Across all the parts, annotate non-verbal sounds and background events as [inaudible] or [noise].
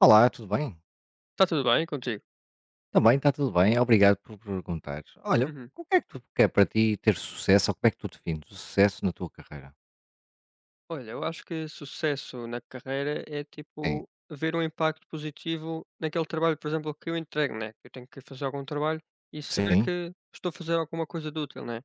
Olá, tudo bem? Está tudo bem contigo? Também está tudo bem, obrigado por perguntar. Olha, Uhum. o que é que tu quer para ti ter sucesso ou como é que tu defines o sucesso na tua carreira? Olha, eu acho que sucesso na carreira é Sim, tipo ver um impacto positivo naquele trabalho, por exemplo, que eu entrego, né? Eu tenho que fazer algum trabalho e saber sim, que estou a fazer alguma coisa de útil, né?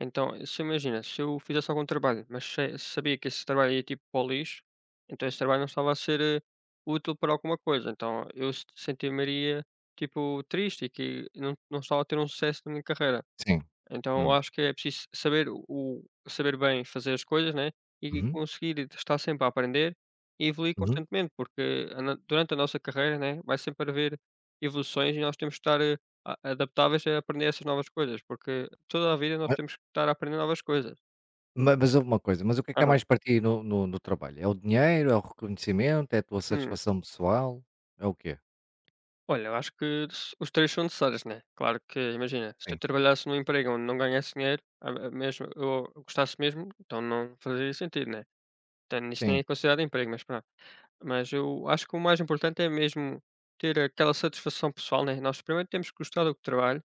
Então, se imagina, se eu fizesse algum trabalho, mas sabia que esse trabalho ia tipo para o lixo, então esse trabalho não estava a ser útil para alguma coisa. Então, eu sentiria tipo triste e que não estava a ter um sucesso na minha carreira. sim. Então eu Hum, acho que é preciso saber o saber bem fazer as coisas, né, e uhum, conseguir estar sempre a aprender e evoluir uhum. constantemente, porque a na durante a nossa carreira, né, vai sempre haver evoluções e nós temos que estar, a adaptáveis a aprender essas novas coisas, porque toda a vida nós Ma- temos que estar a aprender novas coisas. Mas houve uma coisa, mas o que é Aham. mais para ti no trabalho? É o dinheiro, é o reconhecimento, é a tua Hum. satisfação pessoal? É o quê? Olha, eu acho que s os 3 são necessários, né. Claro que imagina, se eu Sim, trabalhasse num emprego onde não ganhasse dinheiro, a mesmo eu gostasse mesmo, então não fazia sentido, né. Então isso nem sim, é considerado emprego, mas pronto. Mas eu acho que o mais importante é mesmo ter aquela satisfação pessoal, né? Nós primeiro temos que gostar do trabalho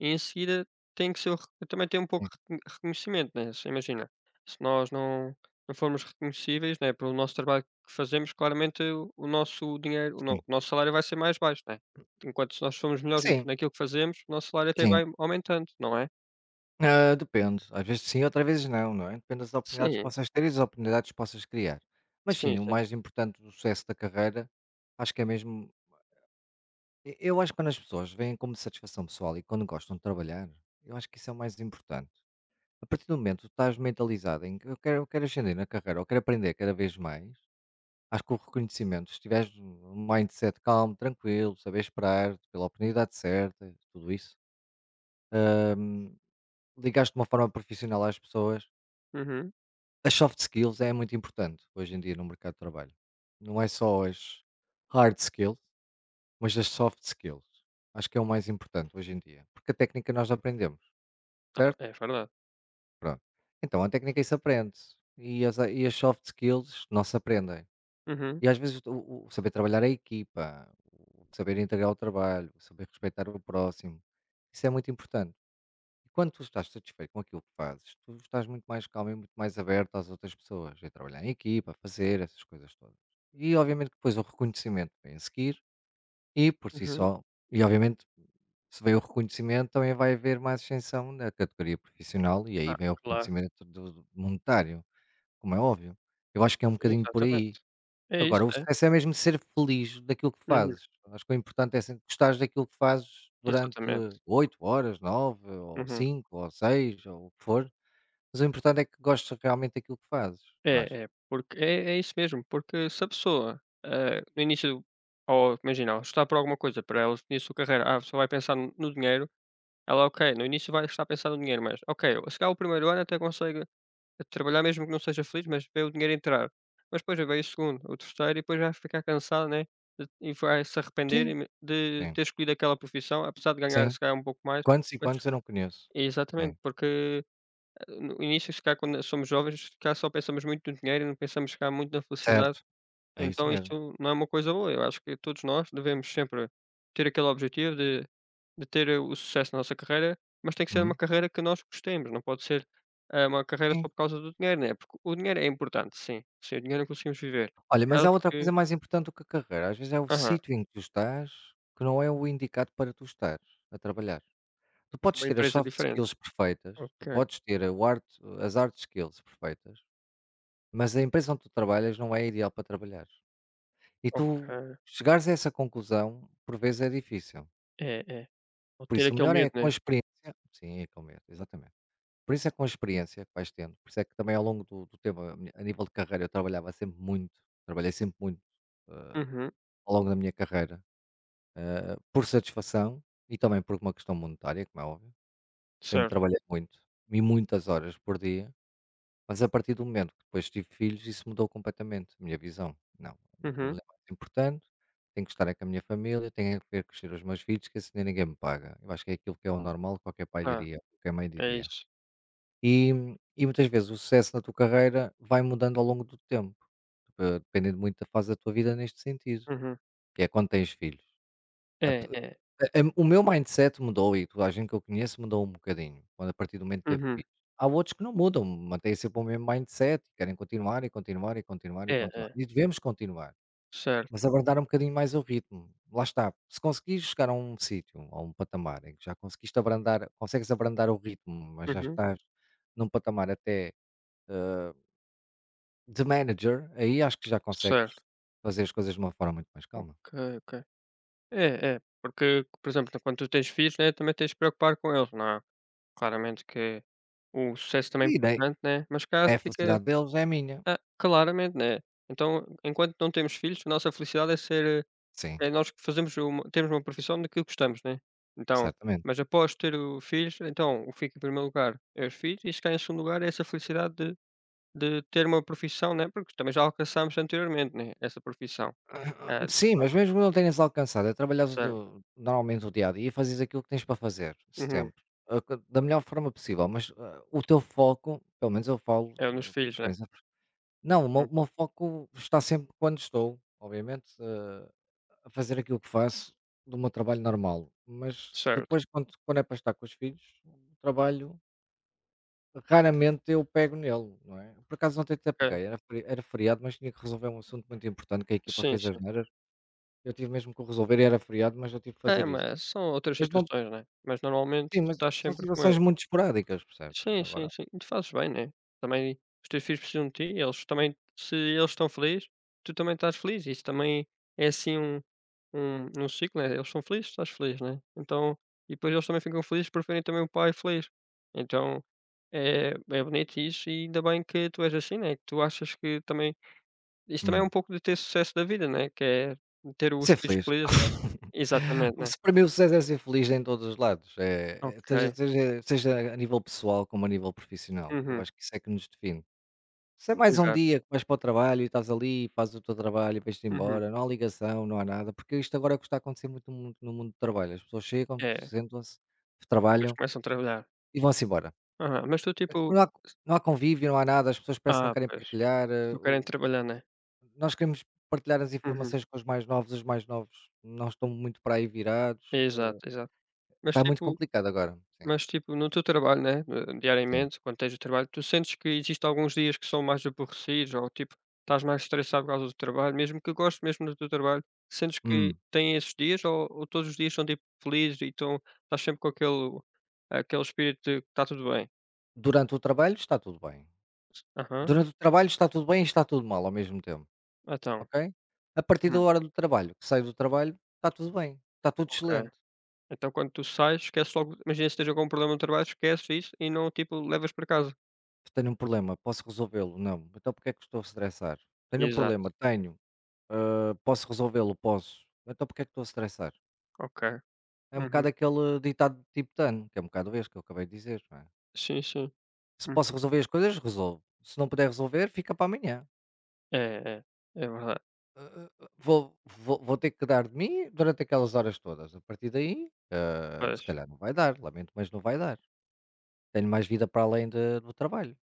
e em seguida tem que ser também tem um sim, pouco de reconhecimento, né? Se imagina, se nós não formos reconhecíveis, né, pelo nosso trabalho que fazemos, claramente o nosso dinheiro, o, no- sim. o nosso salário vai ser mais baixo, né? Enquanto se nós formos melhores Sim, naquilo que fazemos, o nosso salário até sim. vai aumentando, não é? Ah, depende. Às vezes sim, outras vezes não, não é? Depende das oportunidades que Sim, possas ter e das oportunidades que possas criar. Mas sim, sim, o sim. mais importante do sucesso da carreira, acho que é mesmo. Eu acho que quando as pessoas veem como satisfação pessoal e quando gostam de trabalhar, eu acho que isso é o mais importante. A partir do momento que tu estás mentalizado em que eu quero ascender na carreira, eu quero aprender cada vez mais, acho que o reconhecimento, se tiveres um mindset calmo, tranquilo, saber esperar pela oportunidade certa, tudo isso, hum, ligaste de uma forma profissional às pessoas. Uhum. As soft skills é muito importante hoje em dia no mercado de trabalho. Não é só as hard skills, mas as soft skills. Acho que é o mais importante hoje em dia. Porque a técnica nós aprendemos, Ah, certo? é verdade. Pronto. Então a técnica é isso aprende. E as soft skills não se aprendem. Uhum, E às vezes saber trabalhar a equipa, o saber integrar o trabalho, o saber respeitar o próximo, isso é muito importante. E quando tu estás satisfeito com aquilo que fazes, tu estás muito mais calmo e muito mais aberto às outras pessoas, a trabalhar em equipa, a fazer essas coisas todas. E obviamente que depois o reconhecimento vem a seguir e por si uhum. só, e obviamente se vem o reconhecimento também vai haver mais ascensão na categoria profissional e aí Ah, vem o claro, reconhecimento do monetário, como é óbvio. Eu acho que é um bocadinho por aí. exatamente. É isso, Agora, o é. sucesso é mesmo ser feliz daquilo que Uhum. fazes. Acho que o importante é sempre gostares daquilo que fazes durante Exatamente. 8 horas, 9 ou Uhum. 5 ou 6 ou o que for, mas o importante é que gostes realmente daquilo que fazes, não achas? É, é, porque é isso mesmo, porque se a pessoa, no início ou imagina, ou está por alguma coisa para ela no início da carreira, a pessoa vai pensar no dinheiro, ela, ok, no início vai estar a pensar no dinheiro, mas, ok, se calhar o primeiro ano até consegue, trabalhar mesmo que não seja feliz, mas vê o dinheiro entrar. Mas depois já veio o segundo, o terceiro e depois vai ficar cansado, né, de e vai se arrepender Sim. e de Sim, ter escolhido aquela profissão, apesar de ganhar sim. se calhar um pouco mais, Quantos e mas quantos eu não conheço. Sim, exatamente, porque no início, se calhar, quando somos jovens, se calhar só pensamos muito no dinheiro e não pensamos, se calhar, muito na felicidade, certo, é isso então mesmo. isso não é uma coisa boa. Eu acho que todos nós devemos sempre ter aquele objetivo de ter o sucesso na nossa carreira, mas tem que ser uma Uhum, carreira que nós gostemos, não pode ser, uma carreira só sim. por causa do dinheiro, né, porque o dinheiro é importante, sim, sem o dinheiro não conseguimos viver. Olha, Eu mas há acho outra que, coisa mais importante do que a carreira, às vezes é o aham, sítio em que tu estás que não é o indicado para tu estar a trabalhar. Tu podes uma ter as empresa soft diferente. skills perfeitas, tu Ok, podes ter o art as hard skills perfeitas, mas a empresa onde tu trabalhas não é ideal para trabalhar. E tu ok. chegares a essa conclusão, por vezes é difícil. É, é. Ou Por ter isso o aquele melhor medo, é com a né. experiência sim, é com medo, exatamente. Por isso é com a experiência que vais tendo, por isso é que também ao longo do tempo, a nível de carreira eu trabalhava sempre muito, trabalhei sempre muito, hã, Uhum, ao longo da minha carreira, por satisfação e também por uma questão monetária, como é óbvio. Sempre certo. trabalhei muito, e muitas horas por dia. Mas a partir do momento que depois tive filhos, isso mudou completamente a minha visão. Não, a minha Uhum. família é mais importante, tenho que estar é com a minha família, tenho que ver crescer os meus filhos, que assim nem ninguém me paga. Eu acho que é aquilo que é o normal, qualquer pai Ah, diria, qualquer mãe é diria. isso. E, e muitas vezes o sucesso na tua carreira vai mudando ao longo do tempo, dependendo muito da fase da tua vida neste sentido, Uhum. que é quando tens filhos. A pe É, é. A o meu mindset mudou e toda a gente que eu conheço mudou um bocadinho, quando a partir do momento que teve Uhum. filhos. Há outros que não mudam, mantêm sempre o mesmo mindset, querem continuar e continuar e continuar e É, continuar. é, E devemos continuar, certo. mas abrandar um bocadinho mais o ritmo. Lá está, se conseguires chegar a um sítio, a um patamar em que já conseguiste abrandar consegues abrandar o ritmo, mas já Uhum. estás num patamar até, hã, de manager, aí acho que já consegues Certo. fazer as coisas de uma forma muito mais Ok, calma. ok. É, é, porque, por exemplo, quando tu tens filhos, né, também tens de preocupar com eles, não é? Claramente que o sucesso também é E daí importante, né? Mas cá é a fica. felicidade deles, é a minha. Ah, claramente, né? Então, enquanto não temos filhos, a nossa felicidade é ser Sim. é nós que fazemos temos uma profissão daquilo que gostamos, né? Então, Certamente. mas após ter o filhos, então o que fica em primeiro lugar é os filhos e se calhar em segundo lugar é essa felicidade de ter uma profissão, né? Porque também já alcançámos anteriormente, né? Essa profissão. Ah, [clears throat] Sim, mas desfeito, mesmo não teres alcançado, é trabalhares certo. normalmente o dia a dia e fazes aquilo que tens para fazer, Uhum. sempre, a co da melhor forma possível, mas, o teu foco, pelo menos eu falo, É nos por filhos, né? experiência não, o meu Uhum. o meu foco está sempre quando estou, obviamente, a fazer aquilo que faço do meu trabalho normal, mas Certo, depois quando é para estar com os filhos, o trabalho, raramente eu pego nele, não é? Por acaso ontem até ok. peguei, era feriado, mas tinha que resolver um assunto muito importante que a equipa Sim, fez sim. asneiras. Eu tive mesmo que o resolver e era feriado, mas eu tive que É, fazer isso. mas são outras Mas não, situações, né? Mas normalmente sim, tu mas estás são sempre com eles. situações muito esporádicas, percebes? Sim, sim, Agora. sim. E tu fazes bem, né? Também os teus filhos precisam de ti, eles também, se eles estão felizes, tu também estás feliz. Isso também é assim um, ciclo, né? Eles são felizes, tu estás feliz, né? Então, e depois eles também ficam felizes por verem também o pai feliz. Então, é bonito isso e ainda bem que tu és assim, né? Tu achas que também isso também é um Hum. pouco de ter sucesso da vida, né, que é ter os Ser filhos feliz. felizes, né. [laughs] Exatamente, né. Se para mim o sucesso é ser feliz em todos os lados, Ok. seja a nível pessoal como a nível profissional, que eu Uhum. acho que isso é que nos define. Se é mais um Exato. dia que vais para o trabalho e estás ali fazes o teu trabalho e vais-te Uhum. embora, não há ligação, não há nada, porque isto agora é o que está a acontecer muito no mundo do trabalho. As pessoas chegam, É. sentam-se, Depois trabalham começam a trabalhar. e vão-se embora. Aham. Mas tu, tipo. Não há não há convívio, não há nada, as pessoas parece que não Ah, querem pois, partilhar, eh, só querem o trabalhar, né. nós queremos partilhar as Uhum. informações com os mais novos não estão muito para aí virados, Exato, exato. Mas está muito tipo complicado agora. Sim, Mas, tipo, no teu trabalho, né, sim. diariamente, quando tens o trabalho, tu sentes que existem alguns dias que são mais aborrecidos ou, tipo, estás mais estressado por causa do trabalho, mesmo que gostes mesmo do teu trabalho, sentes que Hum. tem esses dias ou todos os dias são, tipo, felizes e tão, estás sempre com aquele, espírito de que está tudo bem? Durante o trabalho está tudo bem. Aham, Durante o trabalho está tudo bem e está tudo mal ao mesmo tempo, então. ok? A partir da Hum, hora do trabalho, que saio do trabalho, está tudo bem, está tudo ok. excelente. Então quando tu sais, esquece logo, imagina se tens algum problema no trabalho, esqueces isso e não, tipo, levas para casa. Tenho um problema, posso resolvê-lo? Não. Então porque é que estou a estressar? Tenho um problema, Exato, tenho. Posso resolvê-lo? Posso. Então porque é que estou a estressar? ok. É um Uhum. bocado aquele ditado tibetano, que é um bocado este que eu acabei de dizer, não é? Sim, sim. Se Uhum. posso resolver as coisas, resolvo. Se não puder resolver, fica para amanhã. É, é. É verdade. Eh, vou ter que dar de mim durante aquelas horas todas. A partir daí, se Pois. calhar não vai dar, lamento, mas não vai dar. Tenho mais vida para além do trabalho.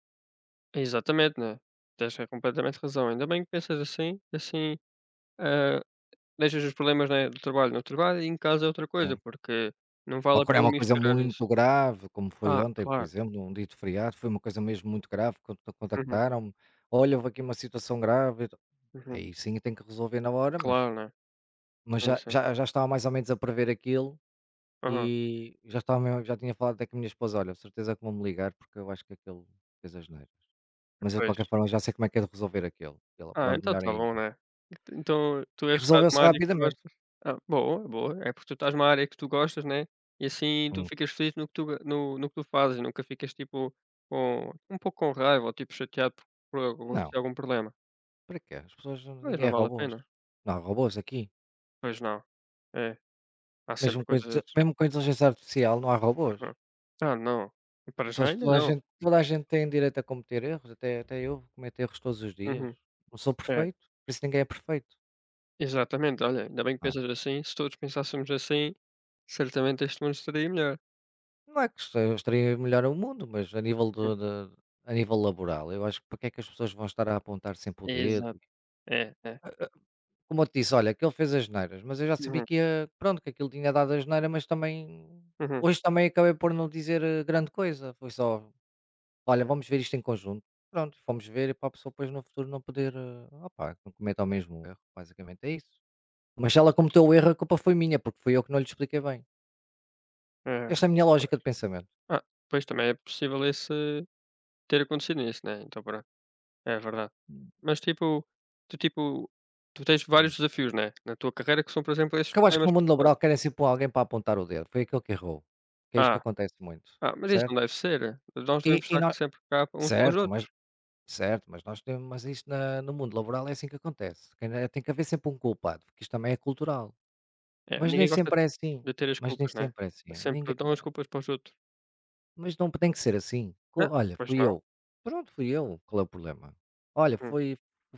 Exatamente, né. Tens é completamente razão. Ainda bem que pensas assim, assim, ah, deixas os problemas, né, do trabalho no trabalho e em casa é outra coisa, Sim. porque não Ou vale a quando é pena uma coisa misturar isso. muito grave, como foi Ah, ontem, por claro. exemplo, um dito feriado, foi uma coisa mesmo muito grave, quando Uhum, contactaram-me, olha, houve aqui uma situação grave. Então, uhum. aí sim tem que resolver na hora, mas. Claro, né. Mas já Sim, sim. já já estava mais ou menos a prever aquilo Aham, e já estava mesmo já tinha falado até com a minha esposa: "Olha, certeza que vão-me ligar porque eu acho que aquilo fez asneiras, mas eu de pois. qualquer forma já sei como é que é de resolver aquilo". E ela: Ah, "Pronto, então melhor tá bom, ainda". né. Então tu E és estás resolveu-se numa área que rapidamente. gostas. Ah, boa, boa. É porque tu estás numa área que tu gostas, né, e assim tu Hum, ficas feliz no que no que tu fazes, nunca ficas tipo com um pouco com raiva ou tipo chateado por não, acontecer algum problema. para quê? As pessoas não, Pois, ninguém é não vale a robôs. pena. Não há robôs aqui. Pois não. É, há Mesmo sempre com inte coisas. mesmo com a inteligência artificial não há robôs. Aham. Ah, não. Para já Pessoas ainda não. Toda a gente tem direito a cometer erros, até eu cometo erros todos os dias. Uhum. Não sou É, perfeito, por isso ninguém é perfeito, exatamente. Olha, ainda bem que não é? pensas assim, se todos pensássemos assim, certamente este mundo estaria melhor. Não é que se gostaria melhor o mundo, mas Uhum. A nível laboral, eu acho que para que é que as pessoas vão estar a apontar sempre o Exato. dedo. É, é. Eh eh, Como eu te disse, olha, aquele fez as asneiras, mas eu já sabia Uhum, que ia pronto, que aquilo tinha dado asneira, mas também uhum, hoje também acabei por não dizer, grande coisa, foi só: "Olha, vamos ver isto em conjunto". Pronto, fomos ver e para a pessoa depois no futuro não poder, opá, que não cometa o mesmo erro, basicamente é isso. Mas se ela cometeu o erro, a culpa foi minha, porque fui eu que não lhe expliquei bem. é. Esta é a minha lógica de pensamento. Ah, pois também é possível esse ter acontecido isso, né, então pronto, é verdade. Mas, tipo, tu tipo, tu tens Hum. vários desafios, né, na tua carreira que são, por exemplo, esses Porque eu acho que problemas no que mundo tu laboral fazes. querem sempre alguém para apontar o dedo, foi aquele que errou, que é isto que Ah. acontece muito, Ah, mas isso certo? não deve ser. Nós E devemos e estar nó sempre cá uns com os certo, mas outros. certo, mas nós temos mas isto na no mundo laboral é assim que acontece, quem é tem que haver sempre um culpado, porque isto também é cultural, É, mas nem ninguém gosta sempre é assim, de ter as mas nem culpas, né? sempre é É, assim, sempre ninguém dão ma as culpas para os outros. mas não tem que ser assim, co Ah, "Olha, pois fui não. eu", pronto, fui eu, qual é o problema? "Olha, Uhum. foi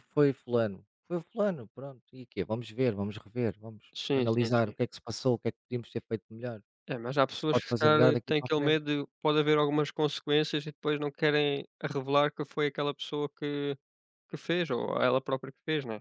foi fulano", "Foi fulano", pronto, e quê? Vamos ver, vamos rever, vamos Sim, sim, analisar o sim. que é que se passou, o que é que podíamos ter feito melhor. É, mas há Que é se pessoas pode que se fazer calhar melhor daqui têm para a aquele frente? medo de pode haver algumas consequências e depois não querem revelar que foi aquela pessoa que fez, ou ela própria que fez, né?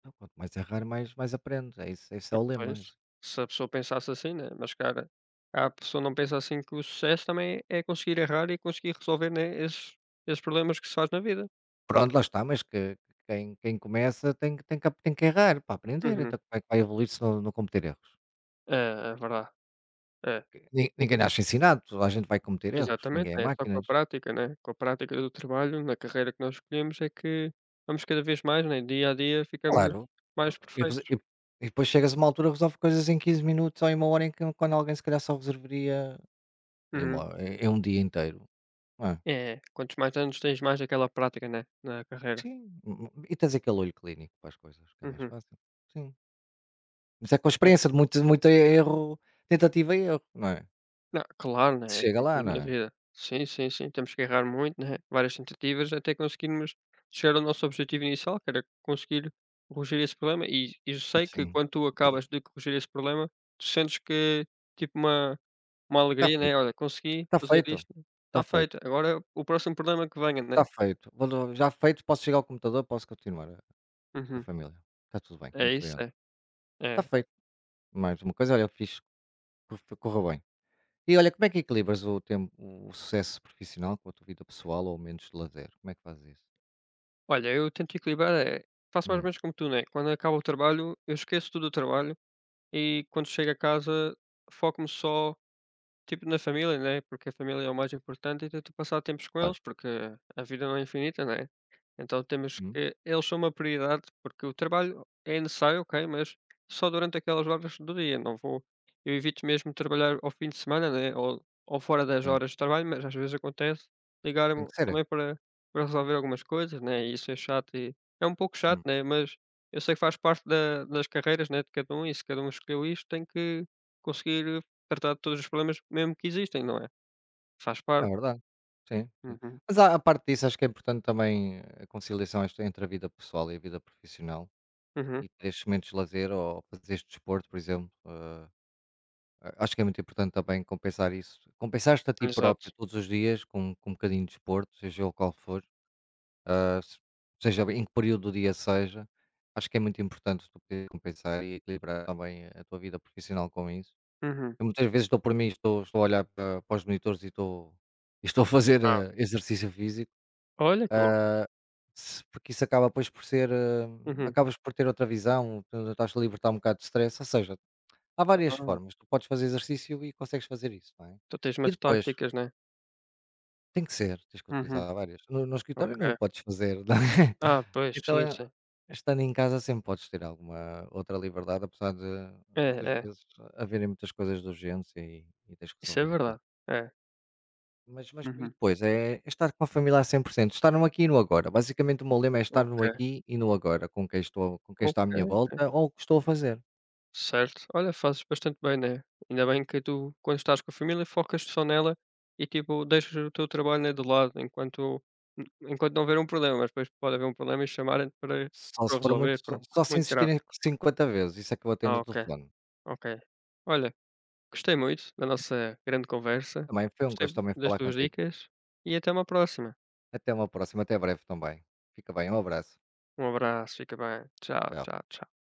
Então, quanto mais errar, mais aprendes. É isso, esse é o lema. Pois, Isso. se a pessoa pensasse assim, né? Mas, cara, a pessoa não pensa assim que o sucesso também é conseguir errar e conseguir resolver, né, esses, problemas que se faz na vida. Pronto, lá está, mas que quem começa tem que tem que errar para aprender, Uhum. então como é que vai evoluir se não cometer erros? É, é verdade. É, Ni ninguém nasce ensinado, toda a gente vai cometer erros, exatamente, ninguém é é só com a máquinas. prática, né, com a prática do trabalho na carreira que nós escolhemos é que vamos cada vez mais, né, dia a dia ficamos Claro, mais e rese perfeitos. e depois chegas a uma altura, resolve coisas em 15 minutos ou em 1 hora em que quando alguém se calhar só resolveria em uma Uhum. hora em um dia inteiro, não é? É, quantos mais anos tens mais aquela prática, né, na carreira. Sim, hum, e tens aquele olho clínico para as coisas, que é mais Uhum. fácil. Sim. Mas é com É. experiência de muito, muito erro, tentativa e erro, não é? Não, claro, Se né, é chega como lá, tudo não na é? vida. Sim, sim, sim, temos que errar muito, né, várias tentativas até conseguirmos chegar ao nosso objetivo inicial, que era conseguir corrigir esse problema e eu sei que Sim, quando tu acabas de corrigir esse problema, tu sentes que tipo uma está alegria, né, feito, "Olha, consegui está fazer feito, isto, está está feito, feito, agora o próximo problema que venha", está né. feito. Quando já feito, posso chegar ao computador, posso continuar, com a Uhum. família. Está tudo bem, como É foi isso, antes. é, é, Está é. feito. Mais uma coisa, olha, fiz, correu bem. E olha, como é que equilibras o sucesso profissional com a tua vida pessoal ou menos de lazer? Como é que fazes isso? Olha, eu tento equilibrar, faço mais ou Hum, menos como tu, né, quando acaba o trabalho, eu esqueço tudo o trabalho e quando chego a casa foco-me só tipo na família, né? Porque a família é o mais importante e tento passar tempos com claro. eles, porque a vida não é infinita, né? Então temos Hum, que eles são uma prioridade, porque o trabalho é necessário, ok, mas só durante aquelas horas do dia, não vou eu evito mesmo trabalhar ao fim de semana, né, ou fora das sim. horas de trabalho, mas às vezes acontece Tem ligarem-me que ser, é? também para resolver algumas coisas, né, e isso é chato e é um pouco chato, né, mas eu sei que faz parte da das carreiras, né, de cada um e se cada um escolheu isto tem que conseguir tratar de todos os problemas mesmo que existem, não é? Faz É parte. verdade. Sim, sim. Uhum, Mas a parte disso, acho que é importante também a conciliação esta entre a vida pessoal e a vida profissional uhum, e ter estes momentos de lazer ou fazeres desporto, por exemplo. Acho que é muito importante também compensar isso. Compensar-te a ti próprio exato. todos os dias com, um bocadinho de desporto, seja ele qual for, eh, se- seja em que período do dia seja. Acho que é muito importante tu poder compensar e equilibrar também a tua vida profissional com isso. Uhum. Eu muitas vezes estou por mim, estou a olhar para os monitores e estou a fazer, Ah, exercício físico, olha que bom. se porque isso acaba depois por ser, Uhum. acabas por ter outra visão, tu estás-te a libertar um bocado de stress, ou seja, há várias Ah, formas, tu podes fazer exercício e consegues fazer isso, não é? tu tens E umas depois, táticas, né? tem que ser, tens que Uhum, utilizar várias, no escritório não o ok. podes fazer, não é? Ah, [laughs] pois, Então, sim, sim. estando em casa sempre podes ter alguma outra liberdade, apesar de É, muitas é, vezes haverem muitas coisas de urgência e tens que isso é resolver aquilo. verdade. É. Mas e Uhum. depois é estar com a família a 100%, estar no aqui e no agora. Basicamente o meu lema é estar no Ok, aqui e no agora, com quem estou, com quem ok, está à minha ok. volta ou o que estou a fazer. Certo. Olha, fazes bastante bem, né? Ainda bem que tu, quando estás com a família, focas só nela e, tipo, deixas o teu trabalho, né, de lado enquanto não houver um problema. Mas depois pode haver um problema e chamarem-te Só para se o for muito, resolver. só Pronto. só se Muito grave. insistirem 50 vezes, isso é que eu atendo Ah, o ok, telefone. ok. Olha, gostei muito da nossa grande conversa. Também foi um Gostei gosto também das falar tuas contigo. dicas e até uma próxima. Até uma próxima, até breve também. Fica bem, um abraço. Um abraço, fica bem. Tchau, Tchau. tchau, tchau.